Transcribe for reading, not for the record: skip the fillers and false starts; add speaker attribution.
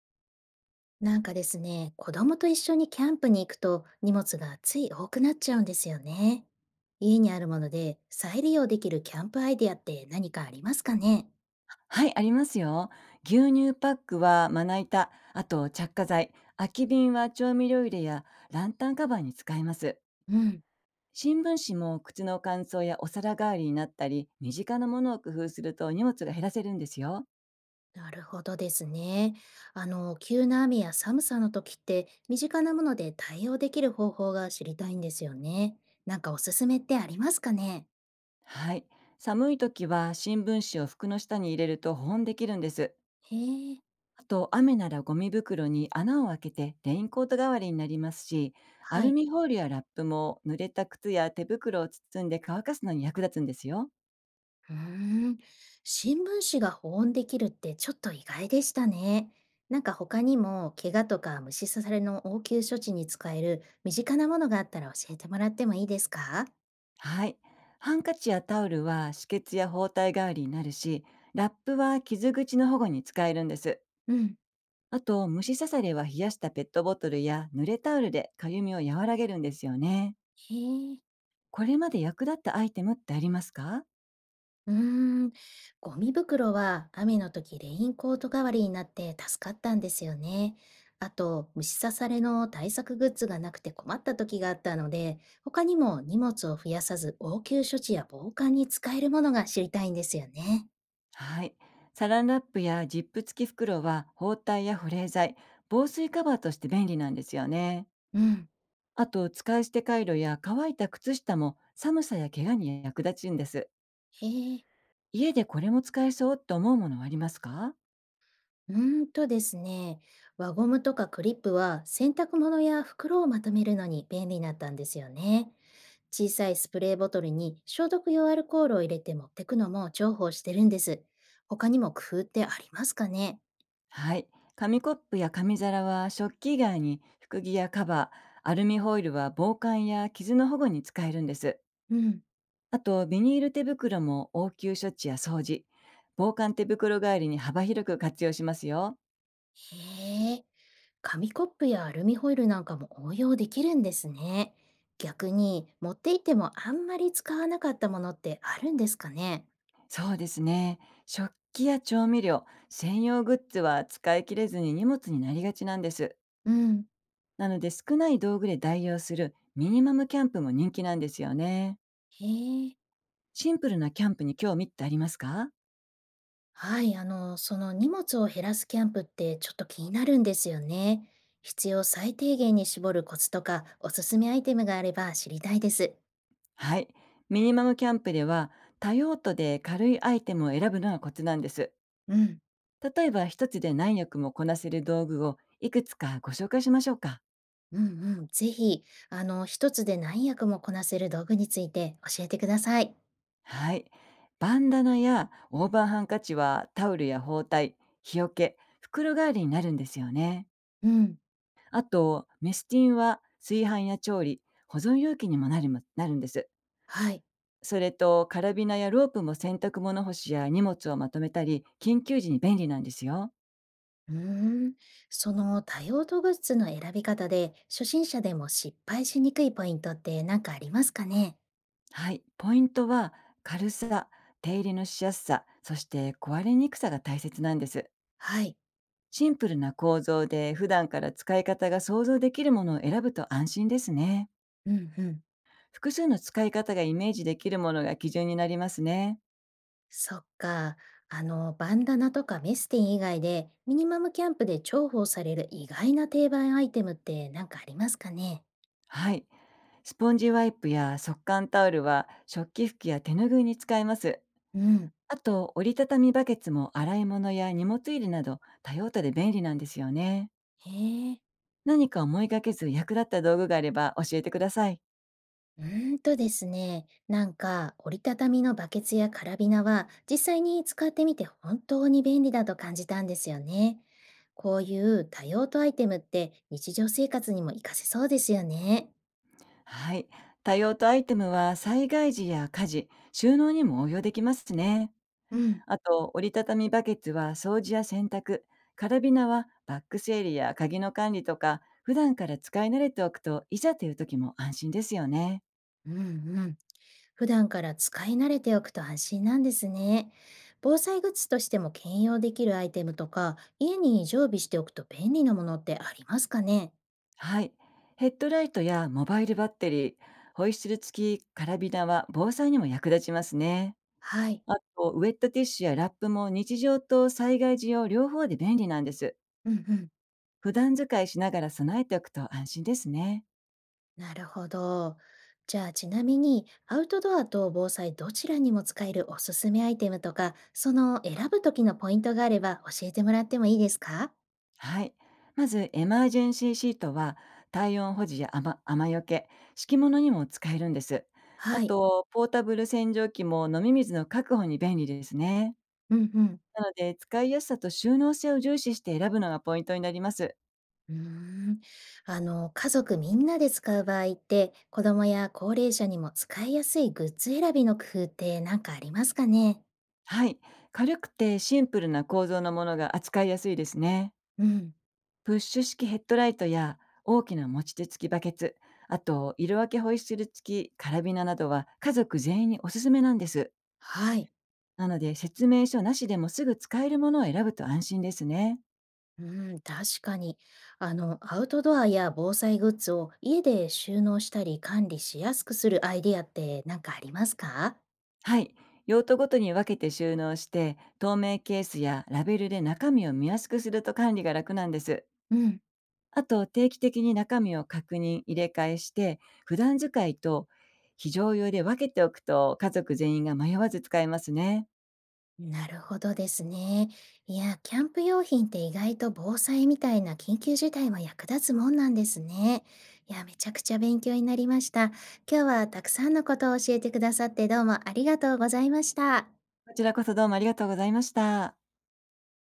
Speaker 1: なんかですね、子供と一緒にキャンプに行くと荷物がつい多くなっちゃうんですよね。家にあるもので再利用できるキャンプアイデアって何かありますかね？
Speaker 2: はい、ありますよ。牛乳パックはまな板、あと着火剤、空き瓶は調味料入れやランタンカバーに使えます。
Speaker 1: うん。
Speaker 2: 新聞紙も靴の乾燥やお皿代わりになったり、身近なものを工夫すると荷物が減らせるんですよ。
Speaker 1: なるほどですね。急な雨や寒さの時って身近なもので対応できる方法が知りたいんですよね。なんかおすすめってありますかね？
Speaker 2: はい。寒い時は新聞紙を服の下に入れると保温できるんです。
Speaker 1: へえ。
Speaker 2: あと、雨ならゴミ袋に穴を開けてレインコート代わりになりますし、ア
Speaker 1: は
Speaker 2: ル
Speaker 1: い。
Speaker 2: ミホイルやラップも濡れた靴や手袋を包んで乾かすのに役立つんですよ。
Speaker 1: うーん、新聞紙が保温できるってちょっと意外でしたね。なんか他にも怪我とか虫刺されの応急処置に使える身近なものがあったら教えてもらってもいいですか？
Speaker 2: はい。ハンカチやタオルは止血や包帯代わりになるし、ラップは傷口の保護に使えるんです。
Speaker 1: うん。
Speaker 2: あと、虫刺されは冷やしたペットボトルや濡れタオルでかゆみを和らげるんですよね。
Speaker 1: へえ。
Speaker 2: これまで役立ったアイテムってありますか？
Speaker 1: うーん、ゴミ袋は雨の時レインコート代わりになって助かったんですよね。あと、虫刺されの対策グッズがなくて困った時があったので、他にも荷物を増やさず応急処置や防寒に使えるものが知りたいんですよね。
Speaker 2: はい。サランラップやジップ付き袋は包帯や保冷剤、防水カバーとして便利なんですよね。
Speaker 1: うん。
Speaker 2: あと、使い捨てカイロや乾いた靴下も寒さや怪我に役立つんです。
Speaker 1: へえ。
Speaker 2: 家でこれも使えそうって思うものはありますか？
Speaker 1: うーんとですね。輪ゴムとかクリップは洗濯物や袋をまとめるのに便利だったんですよね。小さいスプレーボトルに消毒用アルコールを入れて持ってくのも重宝してるんです。他にも工夫ってありますかね？
Speaker 2: はい。紙コップや紙皿は食器以外に服着やカバー、アルミホイルは防寒や傷の保護に使えるんです。
Speaker 1: うん。
Speaker 2: あと、ビニール手袋も応急処置や掃除、防寒手袋代わりに幅広く活用しますよ。
Speaker 1: へえ。紙コップやアルミホイルなんかも応用できるんですね。逆に持っていてもあんまり使わなかったものってあるんですかね？
Speaker 2: そうですね。食器や調味料、専用グッズは使い切れずに荷物になりがちなんです。
Speaker 1: うん。
Speaker 2: なので少ない道具で代用するミニマムキャンプも人気なんですよね。
Speaker 1: へえ。
Speaker 2: シンプルなキャンプに興味ってありますか？
Speaker 1: はい、その荷物を減らすキャンプってちょっと気になるんですよね。必要最低限に絞るコツとか、おすすめアイテムがあれば知りたいです。
Speaker 2: はい。ミニマムキャンプでは、多用途で軽いアイテムを選ぶのがコツなんです。
Speaker 1: うん、
Speaker 2: 例えば、一つで何役もこなせる道具をいくつかご紹介しましょうか。
Speaker 1: うん、うん。ぜひ、一つで何役もこなせる道具について教えてください。
Speaker 2: はい。バンダナやオーバーハンカチはタオルや包帯、日よけ、袋代わりになるんですよね。
Speaker 1: うん、
Speaker 2: あと、メスティンは炊飯や調理、保存容器にもなるんです。
Speaker 1: はい。
Speaker 2: それと、カラビナやロープも洗濯物干しや荷物をまとめたり、緊急時に便利なんですよ。
Speaker 1: うーん、その多用途グッズの選び方で、初心者でも失敗しにくいポイントって何かありますかね？
Speaker 2: はい、ポイントは軽さ、手入れのしやすさ、そして壊れにくさが大切なんです。
Speaker 1: はい。
Speaker 2: シンプルな構造で普段から使い方が想像できるものを選ぶと安心ですね。
Speaker 1: うん、うん。
Speaker 2: 複数の使い方がイメージできるものが基準になりますね。
Speaker 1: そっか。バンダナとかメスティン以外で、ミニマムキャンプで重宝される意外な定番アイテムって何かありますかね？
Speaker 2: はい。スポンジワイプや速乾タオルは食器拭きや手拭いに使えます。
Speaker 1: うん。
Speaker 2: あと、折りたたみバケツも洗い物や荷物入れなど多用途で便利なんですよね。
Speaker 1: へえ。
Speaker 2: 何か思いがけず役立った道具があれば教えてください。
Speaker 1: うーんとですね、なんか折りたたみのバケツやカラビナは実際に使ってみて本当に便利だと感じたんですよね。こういう多用途アイテムって日常生活にも活かせそうですよね。
Speaker 2: はい。多用途アイテムは災害時や火事、収納にも応用できますね。
Speaker 1: うん。
Speaker 2: あと、折りたたみバケツは掃除や洗濯、カラビナはバッグ整理や鍵の管理とか、普段から使い慣れておくといざという時も安心ですよね。
Speaker 1: うんうん。普段から使い慣れておくと安心なんですね。防災グッズとしても兼用できるアイテムとか、家に常備しておくと便利なものってありますかね？
Speaker 2: はい。ヘッドライトやモバイルバッテリー、ホイッスル付きカラビナは防災にも役立ちますね。
Speaker 1: はい。
Speaker 2: あと、ウェットティッシュやラップも日常と災害時用両方で便利なんです。
Speaker 1: うんうん。
Speaker 2: 普段使いしながら備えておくと安心ですね。
Speaker 1: なるほど。じゃあちなみに、アウトドアと防災どちらにも使えるおすすめアイテムとか、その選ぶ時のポイントがあれば教えてもらってもいいですか？
Speaker 2: はい。まず、エマージェンシーシートは、体温保持や雨よけ、敷物にも使えるんです。あ
Speaker 1: はい。
Speaker 2: と、ポータブル洗浄機も飲み水の確保に便利ですね。
Speaker 1: うんうん。
Speaker 2: なので、使いやすさと収納性を重視して選ぶのがポイントになります。
Speaker 1: うーん、家族みんなで使う場合って、子供や高齢者にも使いやすいグッズ選びの工夫って何かありますかね？
Speaker 2: はい。軽くてシンプルな構造のものが扱いやすいですね。
Speaker 1: うん、
Speaker 2: プッシュ式ヘッドライトや大きな持ち手付きバケツ、あと色分けホイッスル付きカラビナなどは家族全員におすすめなんです。
Speaker 1: はい。
Speaker 2: なので説明書なしでもすぐ使えるものを選ぶと安心ですね。
Speaker 1: うん、確かに。アウトドアや防災グッズを家で収納したり管理しやすくするアイディアって何かありますか？
Speaker 2: はい。用途ごとに分けて収納して、透明ケースやラベルで中身を見やすくすると管理が楽なんです。
Speaker 1: うん。
Speaker 2: あと、定期的に中身を確認、入れ替えして、普段使いと非常用で分けておくと家族全員が迷わず使えますね。
Speaker 1: なるほどですね。いや、キャンプ用品って意外と防災みたいな緊急事態も役立つもんなんですね。いや、めちゃくちゃ勉強になりました。今日はたくさんのことを教えてくださってどうもありがとうございました。
Speaker 2: こちらこそどうもありがとうございました。